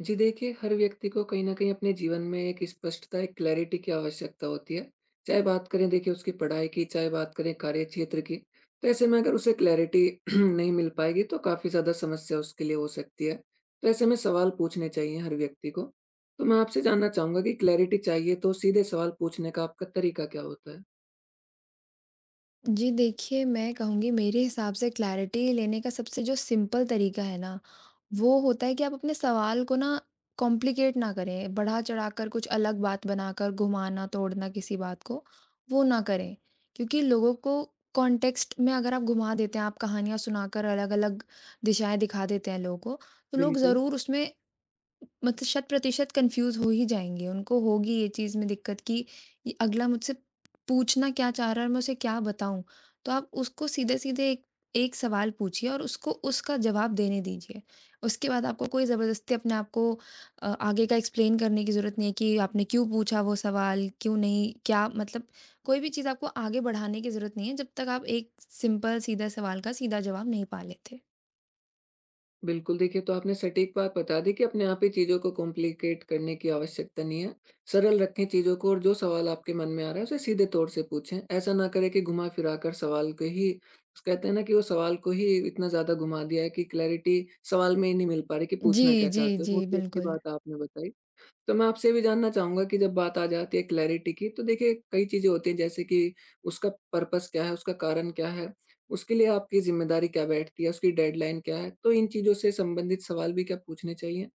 जी देखिए, हर व्यक्ति को कहीं न कहीं अपने जीवन में एक स्पष्टता, एक क्लैरिटी की आवश्यकता होती है। चाहे बात करें देखिए उसकी पढ़ाई की, चाहे बात करें कार्यक्षेत्र की। तो ऐसे में अगर उसे क्लैरिटी नहीं मिल पाएगी तो काफ़ी ज़्यादा समस्या उसके लिए हो सकती है। तो ऐसे में सवाल पूछने चाहिए हर व्यक्ति को। तो मैं आपसे जानना चाहूँगा कि क्लैरिटी चाहिए तो सीधे सवाल पूछने का आपका तरीका क्या होता है? जी देखिए, मैं कहूँगी मेरे हिसाब से क्लैरिटी लेने का सबसे जो सिंपल तरीका है ना, वो होता है कि आप अपने सवाल को ना कॉम्प्लिकेट ना करें, बढ़ा-चढ़ा कर कुछ अलग बात बनाकर घुमाना-तोड़ना किसी बात को, वो ना करें। क्योंकि लोगों को कॉन्टेक्स्ट में अगर आप घुमा देते हैं, आप कहानियाँ सुनाकर अलग-अलग दिशाएँ दिखा देते हैं लोगों को, तो लोग बिल्कुल, ज़रूर उसमें मतलब शत-प्रतिशत कन्फ्यूज़ हो ही जाएँगे, उनको होगी ये चीज़ में दिक्कत कि ये अगला मुझसे पूछना क्या चाह रहा है और मैं उसे क्या बताऊँ? तो आप उसको सीधे-सीधे एक एक सवाल पूछिए और उसको उसका जवाब देने दीजिए। उसके बाद आपको कोई ज़बरदस्ती अपने आप को आगे का एक्सप्लेन करने की ज़रूरत नहीं है कि आपने क्यों पूछा वो सवाल, क्यों नहीं, क्या मतलब कोई भी चीज़ आपको आगे बढ़ाने की ज़रूरत नहीं है, जब तक आप एक सिंपल सीधा सवाल का सीधा जवाब नहीं पा लेते। बिल्कुल, देखिए तो आपने सटीक बात बता दी कि अपने आप ही चीज़ों को कॉम्प्लिकेट करने की आवश्यकता नहीं है। सरल रखें चीज़ों को और जो सवाल आपके मन में आ रहा है उसे सीधे तौर से पूछें। ऐसा ना करें कि घुमा-फिरा कर सवाल को ही, कहते हैं ना कि वो सवाल को ही इतना ज़्यादा घुमा दिया है कि क्लैरिटी सवाल में ही नहीं मिल पा रही कि जी, पूछना क्या जी, चाहते हो। जी, बहुत ही अच्छी बिल्कुल। बात आपने बताई। तो मैं आपसे ये भी जानना चाहूँगा कि जब बात आ जाती है क्लैरिटी की, तो देखिए कई चीज़ें होती हैं जैसे कि उसका पर्पस क्या है, उसका कारण क्या है, उसके लिए आपकी ज़िम्मेदारी क्या बैठती है, उसकी डेडलाइन क्या है? तो इन चीज़ों से संबंधित सवाल भी क्या पूछने चाहिए?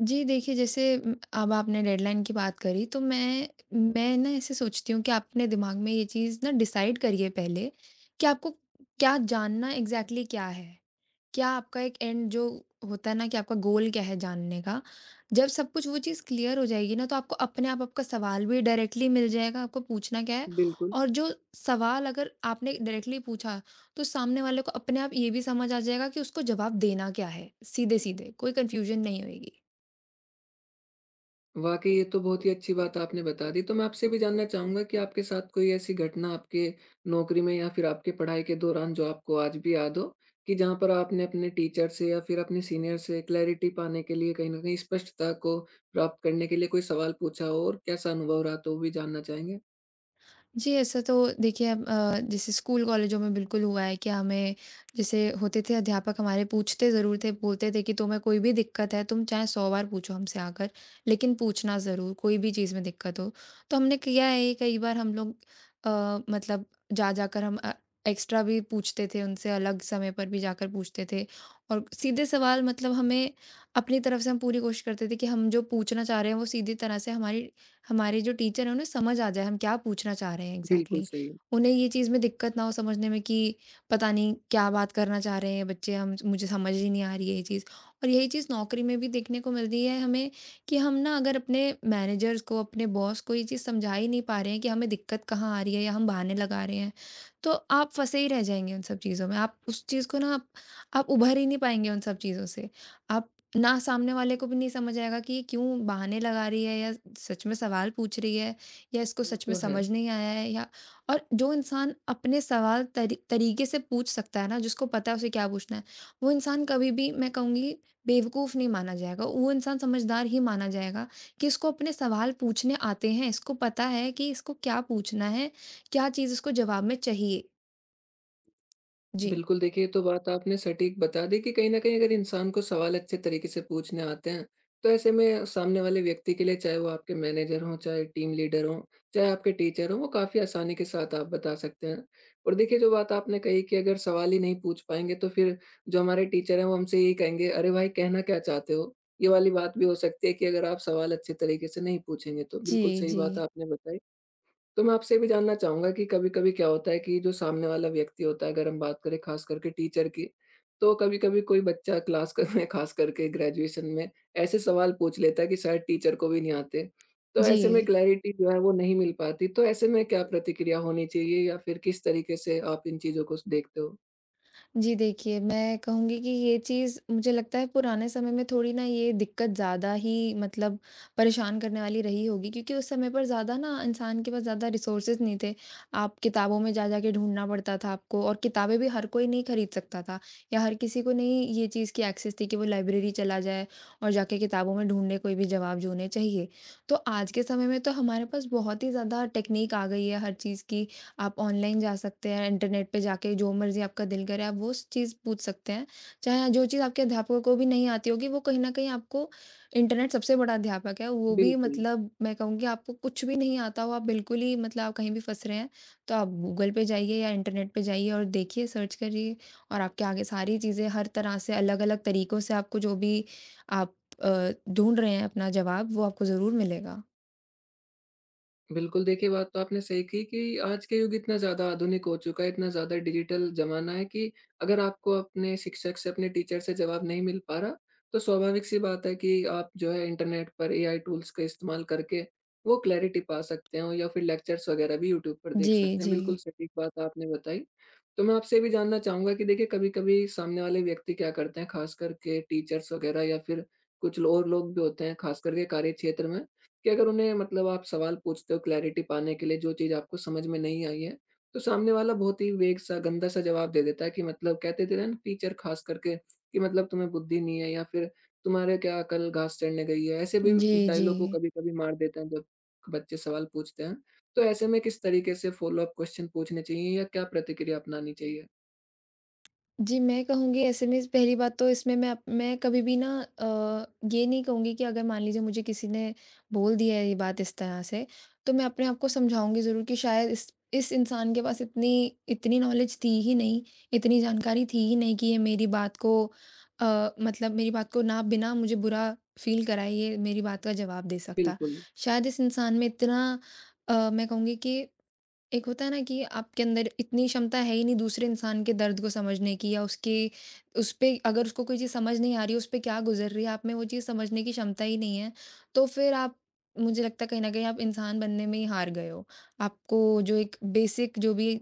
जी, देखिए जैसे अब आपने डेडलाइन की बात करी तो मैं ना ऐसे सोचती हूँ कि आप अपने दिमाग में ये चीज़ ना डिसाइड करिए पहले कि आपको क्या जानना एग्ज़ैक्टली क्या है? क्या आपका एक एंड जो होता है ना कि आपका गोल क्या है जानने का? जब सब कुछ वो चीज़ क्लियर हो जाएगी ना तो आपको अपने आप आपका सवाल भी डायरेक्टली मिल जाएगा, आपको पूछना क्या है। बिल्कुल। और जो सवाल अगर आपने डायरेक्टली पूछा तो सामने वाले को अपने आप ये भी समझ आ जाएगा कि उसको जवाब देना क्या है, सीधे-सीधे, कोई कन्फ्यूज़न नहीं होएगी। वाक़ई ये तो बहुत ही अच्छी बात आपने बता दी। तो मैं आपसे भी जानना चाहूँगा कि आपके साथ कोई ऐसी घटना आपके नौकरी में या फिर आपके पढ़ाई के दौरान जो आपको आज भी याद हो, कि जहाँ पर आपने अपने टीचर से या फिर अपने सीनियर से क्लैरिटी पाने के लिए कहीं न कहीं स्पष्टता को प्राप्त करने के लिए कोई सवाल पूछा हो और कैसा अनुभव रहा? तो वो भी जानना चाहेंगे। जी, ऐसा तो देखिए अब जैसे स्कूल कॉलेजों में बिल्कुल हुआ है कि हमें जैसे होते थे अध्यापक हमारे पूछते ज़रूर थे, बोलते थे कि तुम्हें कोई भी दिक्कत है, तुम चाहे 100 बार पूछो हमसे आकर, लेकिन पूछना ज़रूर, कोई भी चीज़ में दिक्कत हो। तो हमने किया है ये कई बार हम लोग अ, मतलब जा-जा कर हम एक्स्ट्रा भी पूछते थे उनसे, अलग समय पर भी जाकर पूछते थे और सीधे सवाल मतलब हमें अपनी तरफ से हम पूरी कोशिश करते थे कि हम जो पूछना चाह रहे हैं, वो सीधी तरह से हमारी हमारे जो टीचर हैं उन्हें समझ आ जाए हम क्या पूछना चाह रहे हैं एग्जैक्टली बिल्कुल exactly। सही, उन्हें ये चीज़ में दिक्कत ना हो समझने में कि पता नहीं क्या बात करना चाह रहे हैं बच्चे हम, मुझे समझ ही नहीं आ रही है ये चीज़। और यही चीज़ नौकरी में भी देखने को मिलती है हमें कि हम ना अगर अपने मैनेजर्स को अपने बॉस को ये चीज़ समझा ही नहीं पा रहे हैं कि हमें दिक्कत कहाँ आ रही है या हम बहाने लगा रहे हैं, तो आप फंसे ही रह जाएंगे उन सब चीज़ों में। आप उस चीज़ को ना आप उभर ही नहीं पाएंगे उन सब चीज़ों से। आप ना, सामने वाले को भी नहीं समझ आएगा कि ये क्यों बहाने लगा रही है या सच में सवाल पूछ रही है या इसको वो सच में तो है। समझ नहीं आया है या। और जो इंसान अपने सवाल तरीके से पूछ सकता है ना जिसको पता है उसे क्या पूछना है, वो इंसान कभी भी मैं कहूँगी बेवकूफ़ नहीं माना जाएगा, वो इंसान समझदार ही माना जाएगा कि इसको अपने सवाल पूछने आते हैं, इसको पता है कि इसको क्या पूछना है, क्या चीज़ इसको जवाब में चाहिए। जी। बिल्कुल, देखिए ये तो बात आपने सटीक बता दी कि कहीं न कहीं अगर इंसान को सवाल अच्छे तरीके से पूछने आते हैं, तो ऐसे में सामने वाले व्यक्ति के लिए चाहे वो आपके मैनेजर हों, चाहे टीम लीडर हों, चाहे आपके टीचर हों, वो काफ़ी आसानी के साथ आप बता सकते हैं। और देखिए जो बात आपने कही कि अगर सवाल ही नहीं पूछ पाएँगे तो फिर जो हमारे टीचर हैं वो हमसे यही कहेंगे, "अरे भाई कहना क्या चाहते हो?" ये वाली बात भी हो सकती है कि अगर आप सवाल अच्छे तरीके से नहीं पूछेंगे तो, जी। बिल्कुल सही जी। बात आपने बताई। तो मैं आपसे ये भी जानना चाहूँगा कि कभी-कभी क्या होता है कि जो सामने वाला व्यक्ति होता है, अगर हम बात करें ख़ास करके टीचर की, तो कभी-कभी कोई बच्चा क्लास क में ख़ास करके ग्रेजुएशन में ऐसे सवाल पूछ लेता है कि शायद टीचर को भी नहीं आते। तो जी। ऐसे में क्लैरिटी जो है वो नहीं मिल पाती। तो ऐसे में क्या प्रतिक्रिया होनी चाहिए या फिर किस तरीके से आप इन चीज़ों को स देखते हो? जी देखिए, मैं कहूँगी कि ये चीज़ मुझे लगता है पुराने समय में थोड़ी ना ये दिक्कत ज़्यादा ही मतलब परेशान करने वाली रही होगी क्योंकि उस समय पर ज़्यादा ना इंसान के पास ज़्यादा रिसोर्सेज़ नहीं थे। आप किताबों में जा-जा के ढूँढना पड़ता था आपको और किताबें भी हर कोई नहीं खरीद सकता था या हर किसी को नहीं ये चीज़ की एक्सेस थी कि वो लाइब्रेरी चला जाए और जाके किताबों में ढूँढे कोई भी जवाब जो उन्हें चाहिए। तो आज के समय में तो हमारे पास बहुत ही ज़्यादा टेक्नीक आ गई है हर चीज़ की। आप ऑनलाइन जा सकते हैं, इंटरनेट पे जाके जो मर्ज़ी आपका दिल करे आप वो स चीज़ पूछ सकते हैं। चाहे जो चीज़ आपके अध्यापकों को भी नहीं आती होगी वो कहीं न कहीं आपको, इंटरनेट सबसे बड़ा अध्यापक है, वो भी बिल्कुल। मतलब मैं कहूँगी आपको कुछ भी नहीं आता हो, आप बिल्कुल ही मतलब आप कहीं भी फँस रहे हैं, तो आप गूगल पे जाइए या इंटरनेट पे जाइए और देखिए, सर्च करिए और आपके आगे सारी चीज़ें हर तरह से अलग-अलग तरीकों से आपको, जो भी आप ढूँढ रहे हैं अपना जवाब, वो आपको ज़रूर मिलेगा। बिल्कुल, देखिए बात तो आपने सही की कि आज के युग इतना ज़्यादा आधुनिक हो चुका है, इतना ज़्यादा डिजिटल ज़माना है कि अगर आपको अपने शिक्षक से, अपने टीचर से जवाब नहीं मिल पा रहा, तो स्वाभाविक-सी बात है कि आप जो है इंटरनेट पर एआई टूल्स का इस्तेमाल करके वो क्लैरिटी पा सकते हो या फिर लेक्चर्स वगैरह भी यूट्यूब पर देख जी, सकते हैं। जी। बिल्कुल सटीक बात आपने बताई। तो मैं आपसे ये भी जानना चाहूँगा कि देखिए कभी-कभी सामने वाले व्यक्ति क्या करते हैं, ख़ास करके टीचर्स वगैरह या फिर कुछ लो और लोग भी होते हैं, ख़ास करके कार्यक्षेत्र में, कि अगर उन्हें मतलब आप सवाल पूछते हो क्लैरिटी पाने के लिए जो चीज़ आपको समझ में नहीं आई है, तो सामने वाला बहुत ही वेग सा, गंदा सा जवाब दे देता है कि मतलब कहते थे ना टीचर खास करके कि मतलब तुम्हें बुद्धि नहीं है या फिर तुम्हारे क्या अकल घास चढ़ने गई है। ऐसे भी जी, जी। डायलॉग को कभी-कभी मार देते हैं जब बच्चे सवाल पूछते हैं। तो ऐसे में किस तरीके से फ़ॉलो-अप क्वेश्चन पूछने चाहिए या क्या प्रतिक्रिया अपनानी चाहिए? जी, मैं कहूँगी एसएमएस पहली बात तो इसमें मैं कभी भी ना ये नहीं कहूँगी कि अगर मान लीजिए मुझे किसी ने बोल दिया है ये बात इस तरह से, तो मैं अपने आप को समझाऊँगी ज़रूर कि शायद इस इंसान के पास इतनी इतनी नॉलेज थी ही नहीं, इतनी जानकारी थी ही नहीं कि ये मेरी बात को मतलब मेरी बात को ना बिना मुझे बुरा फ़ील कराए ये मेरी बात का जवाब दे सकता। बिल्कुल, शायद इस इंसान में इतना मैं कहूँगी कि एक होता है ना कि आपके अंदर इतनी क्षमता है ही नहीं दूसरे इंसान के दर्द को समझने की या उसके, उस पे अगर उसको कोई चीज़ समझ नहीं आ रही है उस पे क्या गुजर रही है आप में वो चीज़ समझने की क्षमता ही नहीं है, तो फिर आप, मुझे लगता है कहीं ना कहीं आप इंसान बनने में ही हार गए हो। आपको जो एक बेसिक जो भी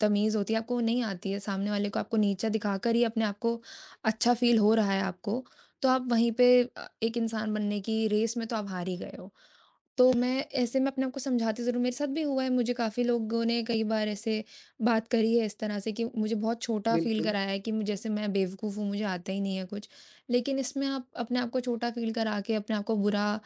तमीज़ होती है आपको वो नहीं आती है, सामने वाले को आपको नीचा दिखाकर ही अपने आप को अच्छा फील हो रहा है आपको, तो आप वहीं पे एक इंसान बनने की रेस में तो आप हार ही गए हो। तो मैं ऐसे में अपने आप को समझाती ज़रूर, मेरे साथ भी हुआ है, मुझे काफ़ी लोगों ने कई बार ऐसे बात करी है इस तरह से कि मुझे बहुत छोटा फ़ील बिल्कुल, कराया है कि जैसे मैं बेवकूफ़ हूँ, मुझे आता ही नहीं है कुछ। लेकिन इसमें आप अपने आप को छोटा फ़ील करा के अपने आप को बुरा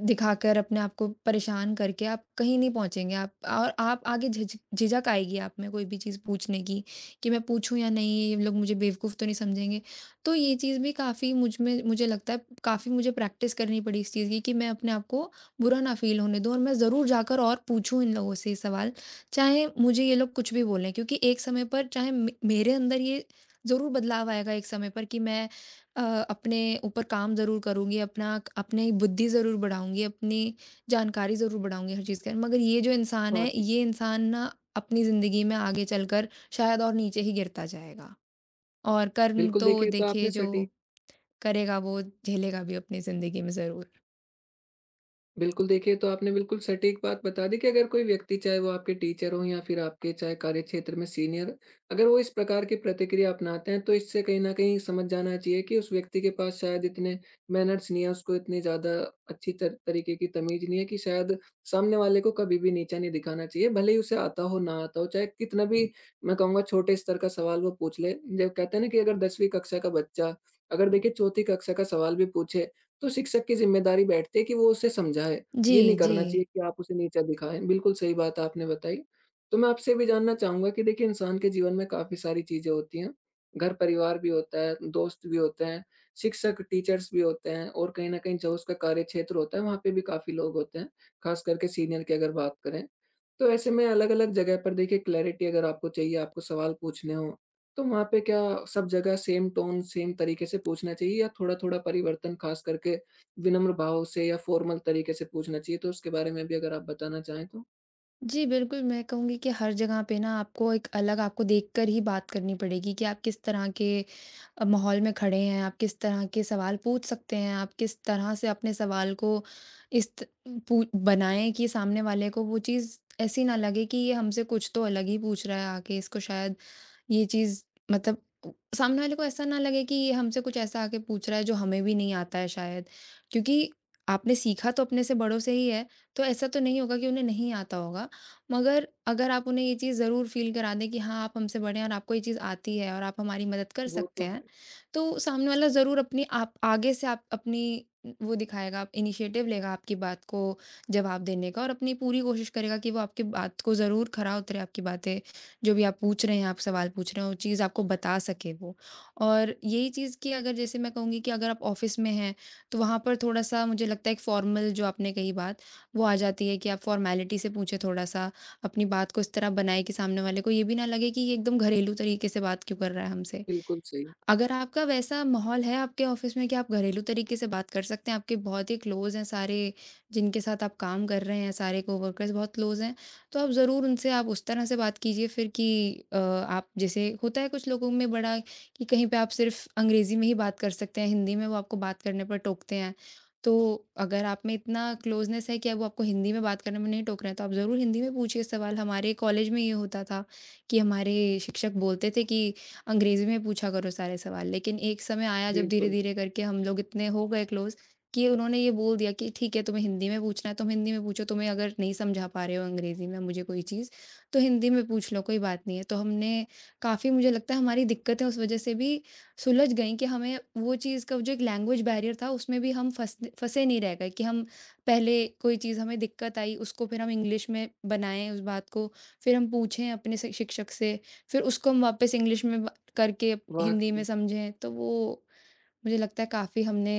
दिखाकर अपने आप को परेशान करके आप कहीं नहीं पहुँचेंगे, आप और आप आगे झिझक आएगी आप में कोई भी चीज़ पूछने की, कि मैं पूछूँ या नहीं? ये लोग मुझे बेवकूफ़ तो नहीं समझेंगे? तो ये चीज़ भी काफ़ी मुझ में, मुझे लगता है काफ़ी मुझे प्रैक्टिस करनी पड़ी इस चीज़ की कि मैं अपने आप को बुरा ना फ़ील होने दूँ और मैं ज़रूर जाकर और पूछूँ इन लोगों से ये सवाल, चाहे मुझे ये लोग कुछ भी बोलें, क्योंकि एक समय पर, चाहे मे मेरे अंदर ये ज़रूर बदलाव आएगा एक समय पर कि मैं अ, अपने ऊपर काम ज़रूर करूँगी, अपना अपनी बुद्धि ज़रूर बढ़ाऊँगी, अपनी जानकारी ज़रूर बढ़ाऊँगी हर चीज़ के, मगर ये जो इंसान है, वाक़ई। ये इंसान ना अपनी ज़िंदगी में आगे चलकर शायद और नीचे ही गिरता जाएगा, और कर्म बिल्कुल तो देखिए, ये तो देखिए आपने जो सटीक करेगा वो झेलेगा भी अपनी ज़िंदगी में ज़रूर। बिल्कुल, देखिए तो आपने बिल्कुल सटीक बात बता दी कि अगर कोई व्यक्ति चाहे वो आपके टीचर हों या फिर आपके चाहे कार्यक्षेत्र में सीनियर, अगर वो इस प्रकार की प्रतिक्रिया अपनाते हैं तो इससे कहीं न कहीं समझ जाना चाहिए कि उस व्यक्ति के पास शायद इतने मैनर्स नहीं है, उसको इतनी ज़्यादा अच्छी तर तरीके की तमीज़ नहीं है कि शायद सामने वाले को कभी भी नीचा नहीं दिखाना चाहिए, भले ही उसे आता हो, ना आता हो, चाहे कितना भी मैं कहूँगा छोटे स्तर का सवाल वो पूछ ले। जब कहते हैं ना कि अगर 10वीं कक्षा का बच्चा अगर देखिए चौथी कक्षा का सवाल भी पूछे तो शिक्षक की ज़िम्मेदारी बैठती है कि वो उसे समझाए। जी, ये नहीं जी। करना चाहिए कि आप उसे नीचा दिखाएँ। बिल्कुल सही बात आपने बताई। तो मैं आपसे ये भी जानना चाहूँगा कि देखिए इंसान के जीवन में काफ़ी सारी चीज़ें होती हैं। घर-परिवार भी होता है, दोस्त भी होते हैं, शिक्षक, टीचर्स भी होते हैं और कहीं न कहीं जो उसका कार्यक्षेत्र होता है वहाँ पे भी काफ़ी लोग होते हैं, ख़ास करके सीनियर की अगर बात करें। तो ऐसे में अलग-अलग जगह पर देखिए क्लैरिटी अगर आपको चाहिए, आपको सवाल पूछने हों तो वहाँ पे क्या सब जगह सेम टोन, सेम तरीके से पूछना चाहिए या थोड़ा-थोड़ा परिवर्तन खास करके विनम्र भाव से या फ़ॉर्मल तरीके से पूछना चाहिए? तो उसके बारे में भी अगर आप बताना चाहें तो? जी, बिल्कुल, मैं कहूँगी कि हर जगह पे ना आपको एक अलग, आपको देखकर ही बात करनी पड़ेगी कि आप किस तरह के माहौल में खड़े हैं, आप किस तरह के सवाल पूछ सकते हैं, आप किस तरह से अपने सवाल को इस त पू बनाएँ कि सामने वाले को वो चीज़ ऐसी ना लगे कि ये हमसे कुछ तो अलग ही पूछ रहा है आके, इसको शायद ये चीज़ मतलब उ सामने वाले को ऐसा ना लगे कि ये हमसे कुछ ऐसा आके पूछ रहा है जो हमें भी नहीं आता है शायद। क्योंकि आपने सीखा तो अपने से बड़ों से ही है, तो ऐसा तो नहीं होगा कि उन्हें नहीं आता होगा। मगर अगर आप उन्हें ये चीज़ ज़रूर फ़ील करा दें कि हाँ, आप हमसे बड़े हैं और आपको ये चीज़ आती है और आप हमारी मदद कर वो तो सकते हैं, है। तो सामने वाला ज़रूर अपनी आप आगे से आप अपनी वो दिखाएगा, आप इनिशिएटिव लेगा आपकी बात को जवाब देने का और अपनी पूरी कोशिश करेगा कि वो आपकी बात को ज़रूर खरा उतरे, आपकी बातें जो भी आप पूछ रहे हैं, आप सवाल पूछ रहे हैं, वो चीज़ आपको बता सके वो। और यही चीज़ कि अगर जैसे मैं कहूँगी कि अगर आप ऑफ़िस में हैं, तो वहाँ पर थोड़ा-सा मुझे लगता है एक फ़ॉर्मल जो आपने कही बात, वो आ जाती है कि आप फ़ॉर्मेलिटी से पूछें थोड़ा-सा, अपनी बात को इस तरह बनाए कि सामने वाले को ये भी ना लगे कि ये एकदम घरेलू तरीके से बात क्यों कर रहा है हमसे। बिल्कुल सही। अगर आपका वैसा माहौल है आपके ऑफ़िस में कि आप घरेलू तरीके से बात कर सकते हैं, आपके बहुत ही क्लोज़ हैं सारे जिनके साथ आप काम कर रहे हैं, सारे कोवर्कर्स बहुत क्लोज़ हैं, तो आप ज़रूर उनसे आप उस तरह से बात कीजिए फिर कि आप जैसे होता है कुछ लोगों में बड़ा कि कहीं पे आप सिर्फ़ अंग्रेज़ी में ही बात कर सकते हैं, हिंदी में वो आपको बात करने पर टोकते हैं। तो अगर आप में इतना क्लोज़नेस है कि अब वो आपको हिंदी में बात करने में नहीं टोक रहे हैं, तो आप ज़रूर हिंदी में पूछिए सवाल। हमारे कॉलेज में ये होता था कि हमारे शिक्षक बोलते थे कि अंग्रेज़ी में पूछा करो सारे सवाल। लेकिन एक समय आया जब बिल्कुल, धीरे-धीरे करके हम लोग इतने हो गए क्लोज़ कि उन्होंने ये बोल दिया कि ठीक है, तुम्हें हिंदी में पूछना है, तुम हिंदी में पूछो। तुम्हें अगर नहीं समझा पा रहे हो अंग्रेज़ी में मुझे कोई चीज़, तो हिंदी में पूछ लो, कोई बात नहीं है। तो हमने काफ़ी, मुझे लगता है, हमारी दिक्कतें उस वज़ह से भी सुलझ गईं कि हमें वो चीज़ का जो एक लैंग्वेज बैरियर था, उसमें भी हम फँसे नहीं रह गए कि हम पहले कोई चीज़ हमें दिक्कत आई, उसको फिर हम इंग्लिश में बनाएँ उस बात को, फिर हम पूछें अपने से शिक्षक से, फिर उसको हम वापस इंग्लिश में करके हिंदी में वाक़ई। समझें, तो वो मुझे लगता है काफ़ी हमने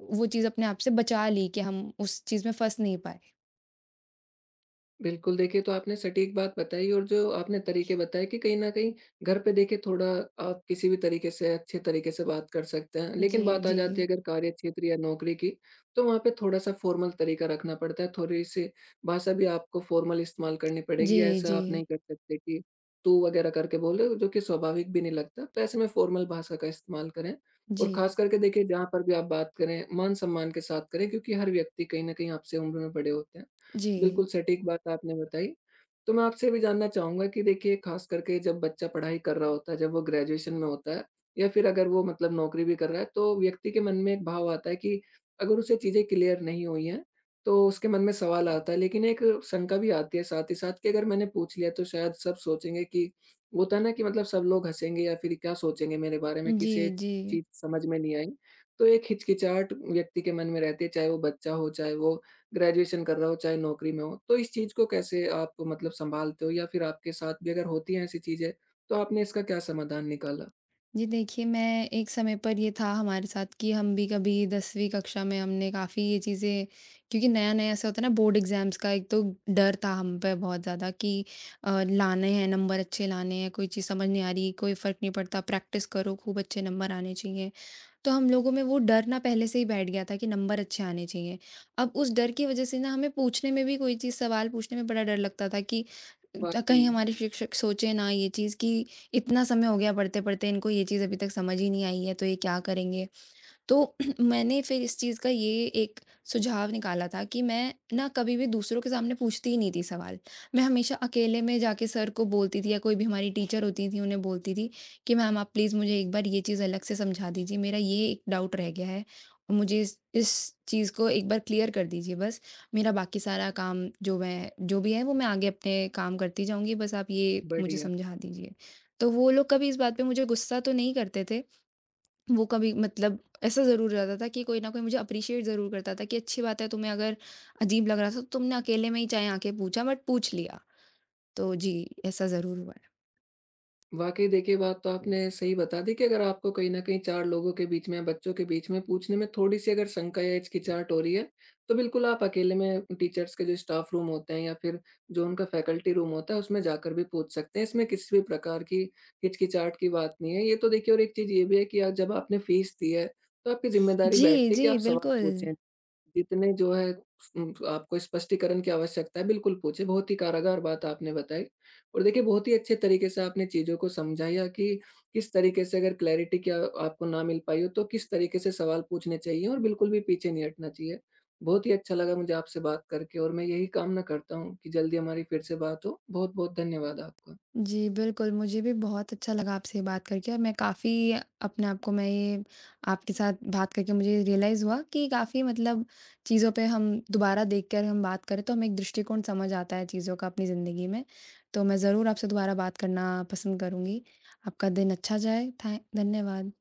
वो चीज़ अपने आप से बचा ली कि हम उस चीज़ में फँस नहीं पाए। बिल्कुल, देखिए तो आपने सटीक बात बताई और जो आपने तरीके बताए कि कहीं न कहीं घर पे देखिए थोड़ा आप किसी भी तरीके से अच्छे तरीके से बात कर सकते हैं। जी, लेकिन बात आ जी। जाती है अगर कार्य क्षेत्र या नौकरी की, तो वहाँ पे थोड़ा-सा फ़ॉर्मल तरीका रखना पड़ता है, थोड़ी-सी भाषा भी आपको फ़ॉर्मल इस्तेमाल करनी जी, पड़ेगी। ऐसा जी। आप नहीं कर सकते कि तू वगैरह करके बोले, जो कि स्वाभाविक भी नहीं लगता। तो ऐसे में फ़ॉर्मल भाषा का इस्तेमाल करें और जी। ख़ास करके देखिए जहाँ पर भी आप बात करें, मान-सम्मान के साथ करें क्योंकि हर व्यक्ति कहीं न कहीं आपसे उम्र में बड़े होते हैं। जी। बिल्कुल सटीक बात आपने बताई। तो मैं आपसे ये भी जानना चाहूँगा कि देखिए ख़ास करके जब बच्चा पढ़ाई कर रहा होता है, जब वो ग्रेजुएशन में होता है या फिर अगर वो मतलब नौकरी भी कर रहा है तो व्यक्ति के मन में एक भाव आता है कि अगर उसे चीज़ें क्लियर नहीं हुई हैं, तो उसके मन में सवाल आता है। लेकिन एक शंका भी आती है साथ ही साथ कि अगर मैंने पूछ लिया तो शायद सब सोचेंगे कि वो होता है ना कि मतलब सब लोग हँसेंगे या फिर क्या सोचेंगे मेरे बारे में कि जी, इसे जी। चीज़ समझ में नहीं आई। तो एक हिचकिचाहट व्यक्ति के मन में रहती है, चाहे वो बच्चा हो, चाहे वो ग्रेजुएशन कर रहा हो, चाहे नौकरी में हो। तो इस चीज़ को कैसे आप मतलब सँभालते हो या फिर आपके साथ भी अगर होती हैं ऐसी चीज़ें, तो आपने इसका क्या समाधान निकाला? जी, देखिए, मैं एक समय पर ये था हमारे साथ कि हम भी कभी 10वीं कक्षा में हमने काफ़ी ये चीज़ें, क्योंकि नया-नया ऐसा होता है ना बोर्ड एग्ज़ाम्स का, एक तो डर था हम पे बहुत ज़्यादा कि लाने हैं नंबर, अच्छे लाने हैं, कोई चीज़ समझ नहीं आ रही, कोई फ़र्क नहीं पड़ता, प्रैक्टिस करो, खूब अच्छे नंबर आने चाहिए। तो हम लोगों में वो डर ना पहले से ही बैठ गया था कि नंबर अच्छे आने चाहिए। अब उस डर की वजह से ना हमें पूछने में भी, कोई चीज़ सवाल पूछने में बड़ा डर लगता था कि वाक़ई, कहीं हमारे शिक्षक सोचे ना ये चीज़ कि इतना समय हो गया पढ़ते-पढ़ते इनको ये चीज़ अभी तक समझ ही नहीं आई है, तो ये क्या करेंगे? तो मैंने फिर इस चीज़ का ये एक सुझाव निकाला था कि मैं ना कभी भी दूसरों के सामने पूछती ही नहीं थी सवाल। मैं हमेशा अकेले में जाके सर को बोलती थी या कोई भी हमारी टीचर होती थी उन्हें बोलती थी कि मैम, आप प्लीज़ मुझे एक बार ये चीज़ अलग से समझा दीजिए, मेरा ये एक डाउट रह गया है। और मुझे इस चीज़ को एक बार क्लियर कर दीजिए बस। मेरा बाकी सारा काम, जो भी है, वो मैं आगे अपने काम करती जाऊँगी, बस आप ये मुझे बढ़िया। समझा दीजिए। तो वो लोग कभी इस बात पे मुझे गुस्सा तो नहीं करते थे, वो कभी मतलब ऐसा ज़रूर रहता था कि कोई ना कोई मुझे अप्रिशिएट ज़रूर करता था कि अच्छी बात है, तुम्हें अगर अजीब लग रहा था तो तुमने अकेले में ही चाहे आके पूछा, बट पूछ लिया। तो जी, ऐसा ज़रूर हुआ है। वाक़ई देखिए, बात तो आपने सही बता दी कि अगर आपको कहीं न कहीं 4 लोगों के बीच में, बच्चों के बीच में पूछने में थोड़ी-सी अगर शंका या हिचकिचाहट हो रही है, तो बिल्कुल आप अकेले में टीचर्स के जो स्टाफ रूम होते हैं या फिर जो उनका फैकल्टी रूम होता है, उसमें जाकर भी पूछ सकते हैं। इसमें किसी भी प्रकार की हिचकिचाहट की बात नहीं है। ये तो देखिए और एक चीज़ ये भी है कि जब आपने फ़ीस दी है, तो आपकी ज़िम्मेदारी जी, बैठती है कि जी, आप सवाल बिल्कुल। पूछें। जितने जो है आपको स्पष्टीकरण की आवश्यकता है, बिल्कुल पूछे। बहुत ही कारागार बात आपने बताई और देखिए बहुत ही अच्छे तरीके से आपने चीज़ों को समझाया कि किस तरीके से अगर क्लैरिटी की आपको ना मिल पाई हो, तो किस तरीके से सवाल पूछने चाहिए और बिल्कुल भी पीछे नहीं हटना चाहिए। बहुत ही अच्छा लगा मुझे आपसे बात करके और मैं यही कामना करता हूँ कि जल्दी हमारी फिर से बात हो। बहुत-बहुत धन्यवाद आपका। जी, बिल्कुल, मुझे भी बहुत अच्छा लगा आपसे बात करके और मैं काफ़ी अपने आप को मैं ये आपके साथ बात करके मुझे रियलाइज़ हुआ कि काफ़ी मतलब चीज़ों पे हम दोबारा देख कर हम बात करें, तो हमें एक दृष्टिकोण समझ आता है चीज़ों का अपनी ज़िंदगी में। तो मैं ज़रूर आपसे दोबारा बात करना पसंद करूँगी। आपका दिन अच्छा जाए। थैं धन्यवाद।